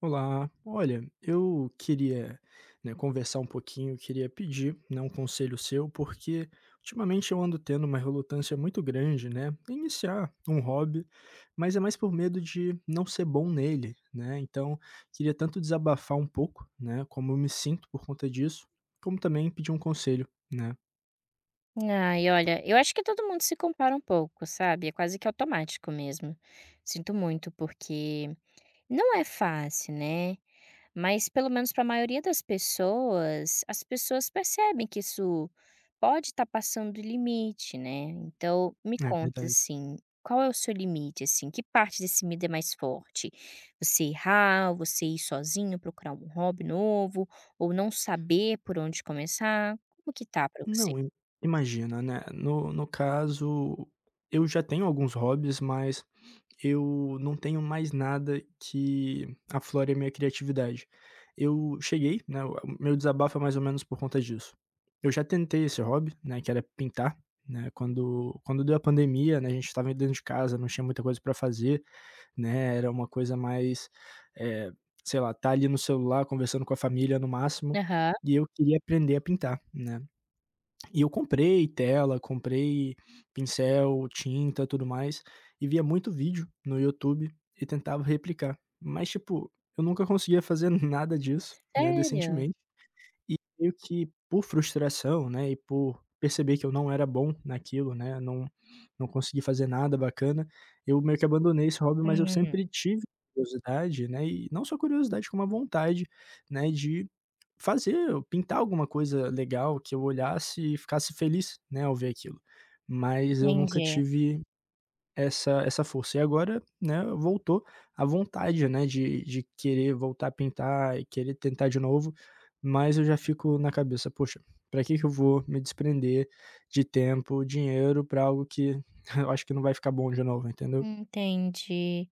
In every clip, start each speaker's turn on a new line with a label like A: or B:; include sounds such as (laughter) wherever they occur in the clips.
A: Olá, olha, eu queria, né, conversar um pouquinho, queria pedir, né, um conselho seu, porque ultimamente eu ando tendo uma relutância muito grande, né, em iniciar um hobby, mas é mais por medo de não ser bom nele, né, então queria tanto desabafar um pouco, né, como eu me sinto por conta disso, como também pedir um conselho, né,
B: Ai, olha, eu acho que todo mundo se compara um pouco, sabe? É quase que automático mesmo. Sinto muito, porque não é fácil, né? Mas pelo menos para a maioria das pessoas, as pessoas percebem que isso pode estar passando do limite, né? Então, me
A: é
B: conta
A: verdade.
B: assim, qual é o seu limite, assim? Que parte desse medo é mais forte? Você errar, você ir sozinho procurar um hobby novo, ou não saber por onde começar? Como que tá para você?
A: Não, imagina, né, no caso, eu já tenho alguns hobbies, mas eu não tenho mais nada que aflore a minha criatividade. Eu cheguei, né, o meu desabafo é mais ou menos por conta disso. Eu já tentei esse hobby, né, que era pintar, né, quando deu a pandemia, né, a gente estava dentro de casa, não tinha muita coisa para fazer, né, era uma coisa mais, eh, sei lá, tá ali no celular conversando com a família no máximo,
B: Aham.
A: e eu queria aprender a pintar, né. E eu comprei tela, comprei pincel, tinta, tudo mais, e via muito vídeo no YouTube e tentava replicar. Mas, tipo, eu nunca conseguia fazer (laughs) nada disso, né,
B: Sério?
A: decentemente. E meio que por frustração, né, e por perceber que eu não era bom naquilo, né, não consegui fazer nada bacana, eu meio que abandonei esse hobby, mas eu
B: Hum,
A: sempre tive curiosidade, né, e não só curiosidade, como a vontade, né, de fazer pintar alguma coisa legal que eu olhasse e ficasse feliz, né, ao ver aquilo. Mas eu nunca
B: entendi,
A: tive essa força. E agora, né, voltou a vontade, né, de querer voltar a pintar e querer tentar de novo, mas eu já fico na cabeça: "Poxa, pra que que eu vou me desprender de tempo, dinheiro pra algo que (laughs) eu acho que não vai ficar bom de novo", entendeu?
B: entendi.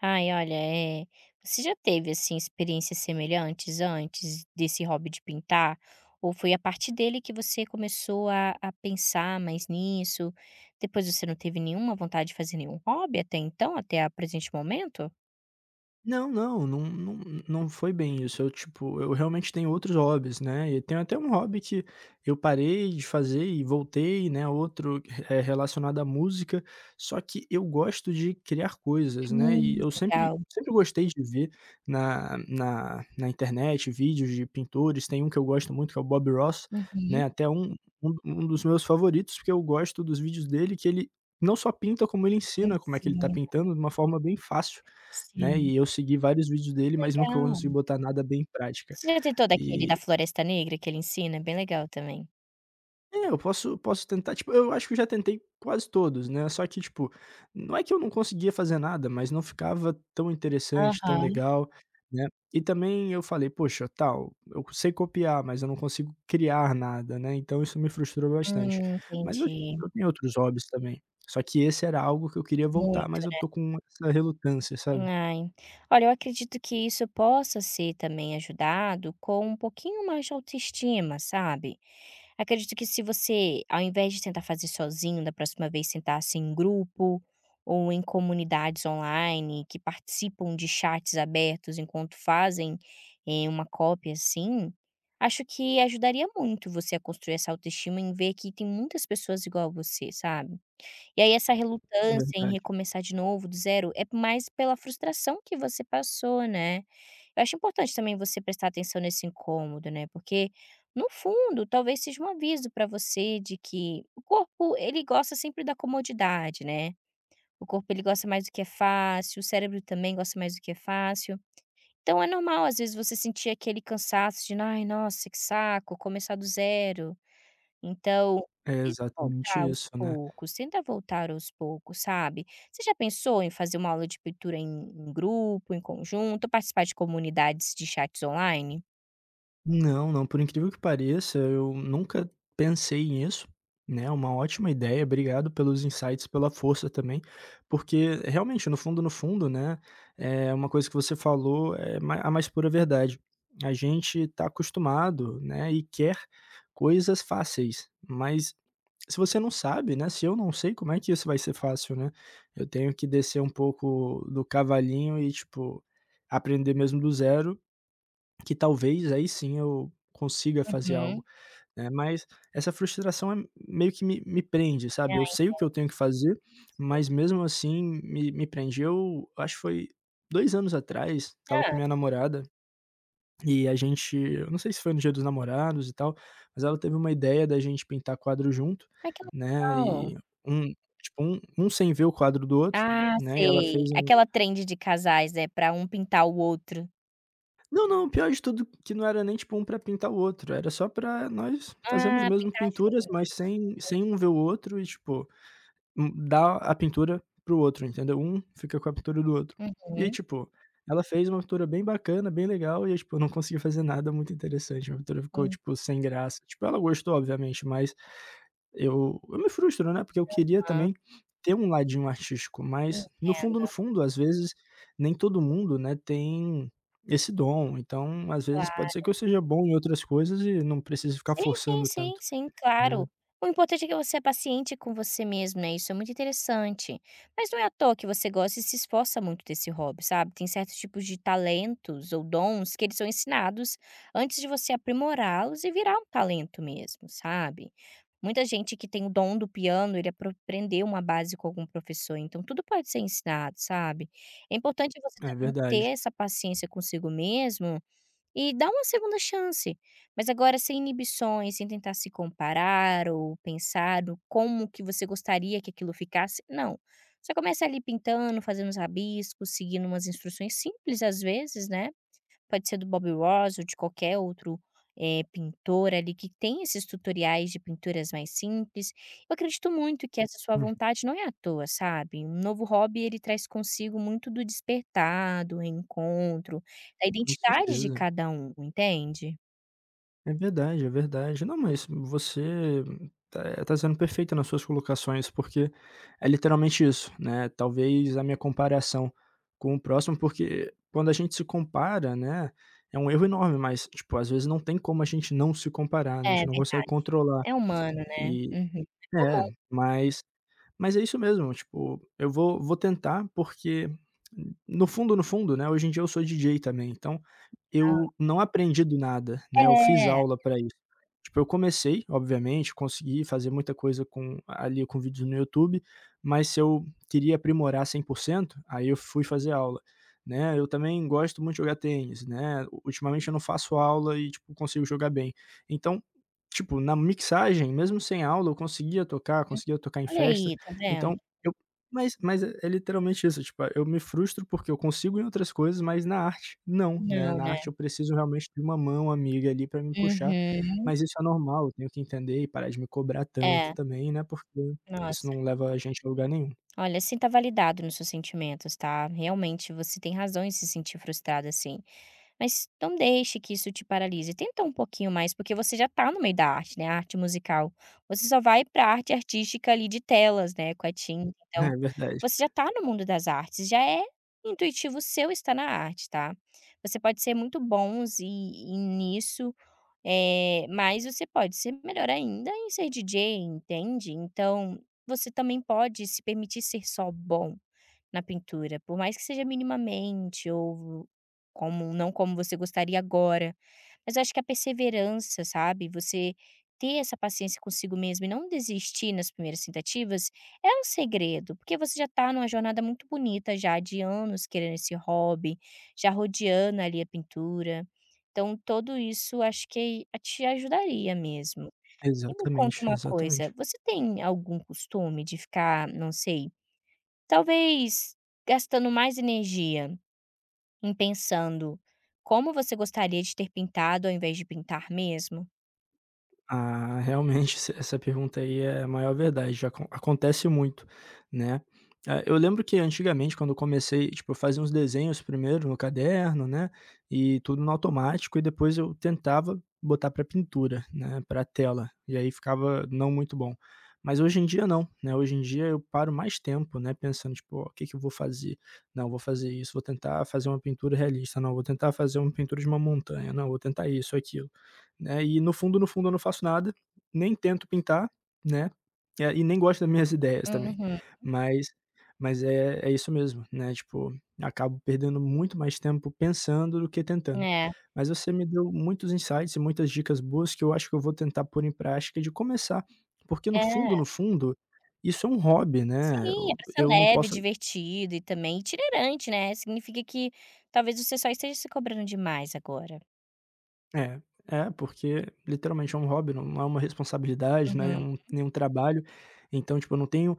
B: Ai, olha, você já teve, assim, experiências semelhantes antes desse hobby de pintar? Ou foi a partir dele que você começou a pensar mais nisso? Depois você não teve nenhuma vontade de fazer nenhum hobby até então, até o presente momento?
A: Não, não foi bem isso, eu, tipo, eu realmente tenho outros hobbies, né, e tenho até um hobby que eu parei de fazer e voltei, né, outro, relacionado à música, só que eu gosto de criar coisas, né, e eu sempre
B: Legal.
A: sempre gostei de ver na internet vídeos de pintores, tem um que eu gosto muito que é o Bob Ross,
B: Uhum,
A: né, até um dos meus favoritos, porque eu gosto dos vídeos dele que ele não só pinta como ele ensina como é que ele tá
B: sim,
A: pintando de uma forma bem fácil. Né,
B: sim.
A: e eu segui vários vídeos dele, mas nunca consegui
B: Legal.
A: botar nada bem em prática.
B: Você já tentou daquele da
A: E
B: Floresta Negra que ele ensina? É bem legal também.
A: é, eu posso tentar, tipo, eu acho que eu já tentei quase todos, né, só que, tipo, não é que eu não conseguia fazer nada, mas não ficava tão interessante, tão
B: Aham.
A: legal, né. E também eu falei: "Poxa, tal, eu sei copiar, mas eu não consigo criar nada", né, então isso me frustrou bastante. Mas eu
B: Entendi,
A: eu tenho outros hobbies também, só que esse era algo que eu queria voltar,
B: muito.
A: mas eu tô com essa relutância, sabe.
B: Ai, olha, eu acredito que isso possa ser também ajudado com um pouquinho mais de autoestima, sabe. Acredito que se você, ao invés de tentar fazer sozinho, da próxima vez tentasse em grupo ou em comunidades online que participam de chats abertos enquanto fazem, uma cópia, assim, acho que ajudaria muito você a construir essa autoestima em ver que tem muitas pessoas igual a você, sabe. E aí essa relutância em
A: Verdade.
B: recomeçar de novo, do zero, é mais pela frustração que você passou, né. Eu acho importante também você prestar atenção nesse incômodo, né, porque, no fundo, talvez seja um aviso para você de que o corpo, ele gosta sempre da comodidade, né. O corpo, ele gosta mais do que é fácil, o cérebro também gosta mais do que é fácil. Então é normal, às vezes, você sentir aquele cansaço de: "Ai, nossa, que saco, começar do zero". Então,
A: É
B: tenta
A: exatamente
B: voltar aos
A: isso, né.
B: poucos, tenta voltar aos poucos, sabe. Você já pensou em fazer uma aula de pintura em grupo, em conjunto, participar de comunidades de chats online?
A: Não, não, por incrível que pareça, eu nunca pensei nisso, né, uma ótima ideia, obrigado pelos insights, pela força também, porque realmente, no fundo, no fundo, né, é uma coisa que você falou, é ma a mais pura verdade. A gente está acostumado, né, e quer coisas fáceis, mas se você não sabe, né, se eu não sei, como é que isso vai ser fácil, né? Eu tenho que descer um pouco do cavalinho e, tipo, aprender mesmo do zero que talvez aí sim eu consiga fazer
B: Uhum.
A: algo, né, mas essa frustração é meio que me prende, sabe. Eu
B: Ai,
A: sei o que eu tenho que fazer, mas mesmo assim me prende. Eu acho que foi 2 anos atrás, tava
B: Ah.
A: com minha namorada e a gente, eu não sei se foi no Dia dos Namorados e tal, mas ela teve uma ideia da gente pintar quadro junto,
B: Ai que
A: né,
B: legal.
A: e um, tipo, um sem ver o quadro do outro,
B: Ah,
A: né, e ela
B: sei.
A: fez um.
B: Aquela trend de casais, né, pra um pintar o outro.
A: Não, não, pior de tudo que não era nem, tipo, um pra pintar o outro, era só pra nós fazermos
B: Ah,
A: mesmo
B: pintar
A: pinturas, mas
B: juntos.
A: sem um ver o outro e, tipo, um dar a pintura para o outro, entendeu? Um fica com a pintura do outro. E aí,
B: Entendi.
A: tipo, ela fez uma pintura bem bacana, bem legal, e eu, tipo, eu não consegui fazer nada muito interessante, a pintura ficou,
B: Uhum.
A: tipo, sem graça. Tipo, ela gostou obviamente, mas eu me frustro, né, porque eu queria
B: Aham.
A: também ter um ladinho artístico, mas no fundo,
B: Entendo,
A: no fundo, às vezes, nem todo mundo, né, tem esse dom, então, às vezes,
B: claro.
A: pode ser que eu seja bom em outras coisas e não precise ficar
B: Sim, sim,
A: forçando
B: sim,
A: tanto,
B: sim,
A: né.
B: claro. O importante é que você é paciente com você mesmo, né, isso é muito interessante. Mas não é à toa que você gosta e se esforça muito desse hobby, sabe. Tem certos tipos de talentos ou dons que eles são ensinados antes de você aprimorá-los e virar um talento mesmo, sabe. Muita gente que tem o dom do piano, ele apro aprendeu uma base com algum professor, então tudo pode ser ensinado, sabe. É importante você
A: É
B: também
A: verdade.
B: ter essa paciência consigo mesmo e dá uma segunda chance, mas agora sem inibições, sem tentar se comparar ou pensar no como que você gostaria que aquilo ficasse, não. Você começa ali pintando, fazendo os rabiscos, seguindo umas instruções simples às vezes, né? Pode ser do Bob Ross ou de qualquer outro, pintor ali que tem esses tutoriais de pinturas mais simples. Eu acredito muito que essa sua
A: Uhum,
B: vontade não é à toa, sabe. Um novo hobby ele traz consigo muito do despertar, do reencontro, da
A: com
B: identidade de
A: certeza.
B: cada um, entende?
A: É verdade, é verdade. Não, mas você tá, tá sendo perfeita nas suas colocações, porque é literalmente isso, né, talvez a minha comparação com o próximo, porque quando a gente se compara, né, é um erro enorme, mas, tipo, às vezes não tem como a gente não se comparar,
B: É
A: né, a gente não consegue
B: verdade,
A: controlar.
B: é humano, né.
A: E
B: Uhum. É comum,
A: é, mas mas é isso mesmo, tipo, eu vou tentar, porque no fundo, no fundo, né, hoje em dia eu sou DJ também, então
B: tá.
A: eu não aprendi do nada, né, eu fiz
B: É.
A: aula para isso. Tipo, eu comecei, obviamente, consegui fazer muita coisa com, ali com vídeos no YouTube, mas se eu queria aprimorar 100% aí eu fui fazer aula, né. Eu também gosto muito de jogar tênis, né, ultimamente eu não faço aula e, tipo, consigo jogar bem. Então, tipo, na mixagem, mesmo sem aula, eu
B: Uhum.
A: conseguia tocar em
B: Olha
A: festas.
B: aí, tá vendo?
A: Então, eu, mas é é literalmente isso, tipo, eu me frustro porque eu consigo em outras coisas, mas na arte não, né,
B: Não,
A: na
B: né.
A: arte eu preciso realmente de uma mão amiga ali pra me puxar,
B: Uhum.
A: mas isso é normal, eu tenho que entender e parar de me cobrar
B: É,
A: tanto também, né, porque isso
B: nossa.
A: não leva a gente a lugar nenhum.
B: Olha, sinta validado nos seus sentimentos, tá? Realmente você tem razão em se sentir frustrada assim. Mas não deixe que isso te paralise. Tenta um pouquinho mais, porque você já tá no meio da arte, né? Arte musical. Você só vai pra arte artística ali de telas, né? Com a tinta.
A: Né?
B: Então,
A: É verdade.
B: você já tá no mundo das artes. Já é intuitivo seu estar na arte, tá? Você pode ser muito bons e nisso mas você pode ser melhor ainda em ser DJ, entende? Então, você também pode se permitir ser só bom. Na pintura, por mais que seja minimamente ou como não como você gostaria agora, mas eu acho que a perseverança, sabe, você ter essa paciência consigo mesmo e não desistir nas primeiras tentativas, é um segredo, porque você já está numa jornada muito bonita já de anos querendo esse hobby, já rodeando ali a pintura, então tudo isso acho que a te ajudaria mesmo. E me conta
A: Exatamente,
B: uma coisa,
A: exatamente.
B: você tem algum costume de ficar, não sei, talvez gastando mais energia em pensando como você gostaria de ter pintado ao invés de pintar mesmo.
A: Ah, realmente, essa essa pergunta aí é a maior verdade, já acontece muito, né. Ah, eu lembro que antigamente quando eu comecei, tipo, eu fazia uns desenhos primeiro no caderno, né, e tudo no automático e depois eu tentava botar para pintura, né, para tela, e aí ficava não muito bom. Mas hoje em dia não, né, hoje em dia eu paro mais tempo, né, pensando tipo: "Ó, o que que eu vou fazer? Não, vou fazer isso, vou tentar fazer uma pintura realista, não, vou tentar fazer uma pintura de uma montanha, não, vou tentar isso, aquilo", né? E no fundo, no fundo, eu não faço nada, nem tento pintar, né? E nem gosto das minhas ideias também.
B: Uhum.
A: Mas mas é é isso mesmo, né, tipo, acabo perdendo muito mais tempo pensando do que tentando.
B: É,
A: Mas você me deu muitos insights e muitas dicas boas que eu acho que eu vou tentar pôr em prática de começar, porque no
B: é.
A: fundo, no fundo, isso é um hobby, né?
B: Sim, é
A: Eu
B: pra ser
A: eu não
B: leve,
A: posso.
B: divertido e também itinerante, né, significa que talvez você só esteja se cobrando demais agora.
A: É, é, porque literalmente é um hobby, não é uma responsabilidade, né, é
B: Uhum.
A: um, nem um trabalho. Então, tipo, eu não tenho,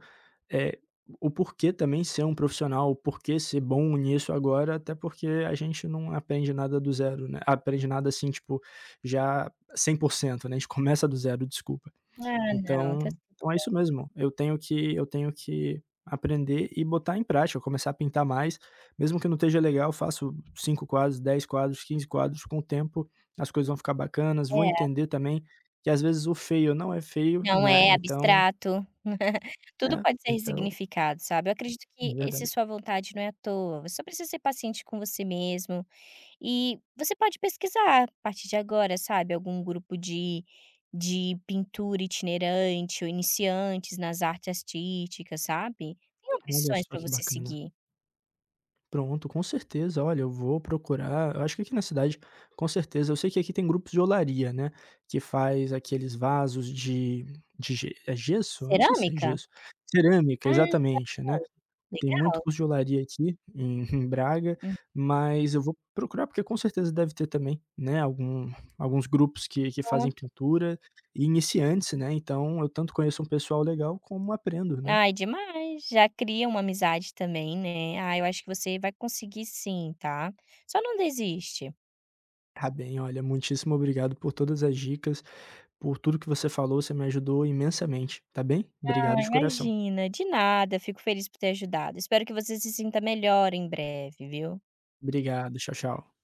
A: é, o porquê também ser um profissional, o porquê ser bom nisso agora, até porque a gente não aprende nada do zero, né, aprende nada assim, tipo, já 100%, né, a gente (laughs) começa do zero, desculpa.
B: Ah, não, tá
A: Então então é isso mesmo, eu tenho que, eu tenho que aprender e botar em prática, começar a pintar mais, mesmo que não esteja legal, eu faço 5 quadros, 10 quadros, 15 quadros, com o tempo as coisas vão ficar bacanas, vou
B: é,
A: entender também que às vezes o feio não é feio,
B: não é
A: né,
B: abstrato. (laughs) Tudo
A: é,
B: pode ser
A: então,
B: ressignificado, sabe. Eu acredito que
A: é
B: esse
A: verdade.
B: sua vontade não é à toa, você só precisa ser paciente com você mesmo. E você pode pesquisar a partir de agora, sabe, algum grupo de pintura itinerante ou iniciantes nas artes artísticas, sabe. Tem
A: Olha
B: opções
A: só
B: para
A: que
B: você
A: bacana.
B: seguir.
A: Pronto, com certeza. Olha, eu vou procurar. Eu acho que aqui na cidade, com certeza. Eu sei que aqui tem grupos de olaria, né? Que faz aqueles vasos de é gesso? Eu não sei se é
B: Cerâmica?
A: gesso. Cerâmica,
B: Ah,
A: exatamente, né?
B: legal.
A: Tem muito
B: Legal.
A: curso de olaria aqui em, (laughs) em Braga,
B: Hum,
A: mas eu vou procurar porque com certeza deve ter também, né? Algum, alguns grupos que fazem
B: pronto.
A: pintura e iniciantes, né? Então eu tanto conheço um pessoal legal como aprendo, né?
B: Ai, demais. Já cria uma amizade também, né. Ah, eu acho que você vai conseguir sim, tá. Só não desiste.
A: Tá bem, olha, muitíssimo obrigado por todas as dicas, por tudo que você falou, você me ajudou imensamente, tá bem? Obrigado
B: Ah,
A: de coração.
B: imagina. De nada, fico feliz por ter ajudado. Espero que você se sinta melhor em breve, viu.
A: Obrigado, tchau, tchau.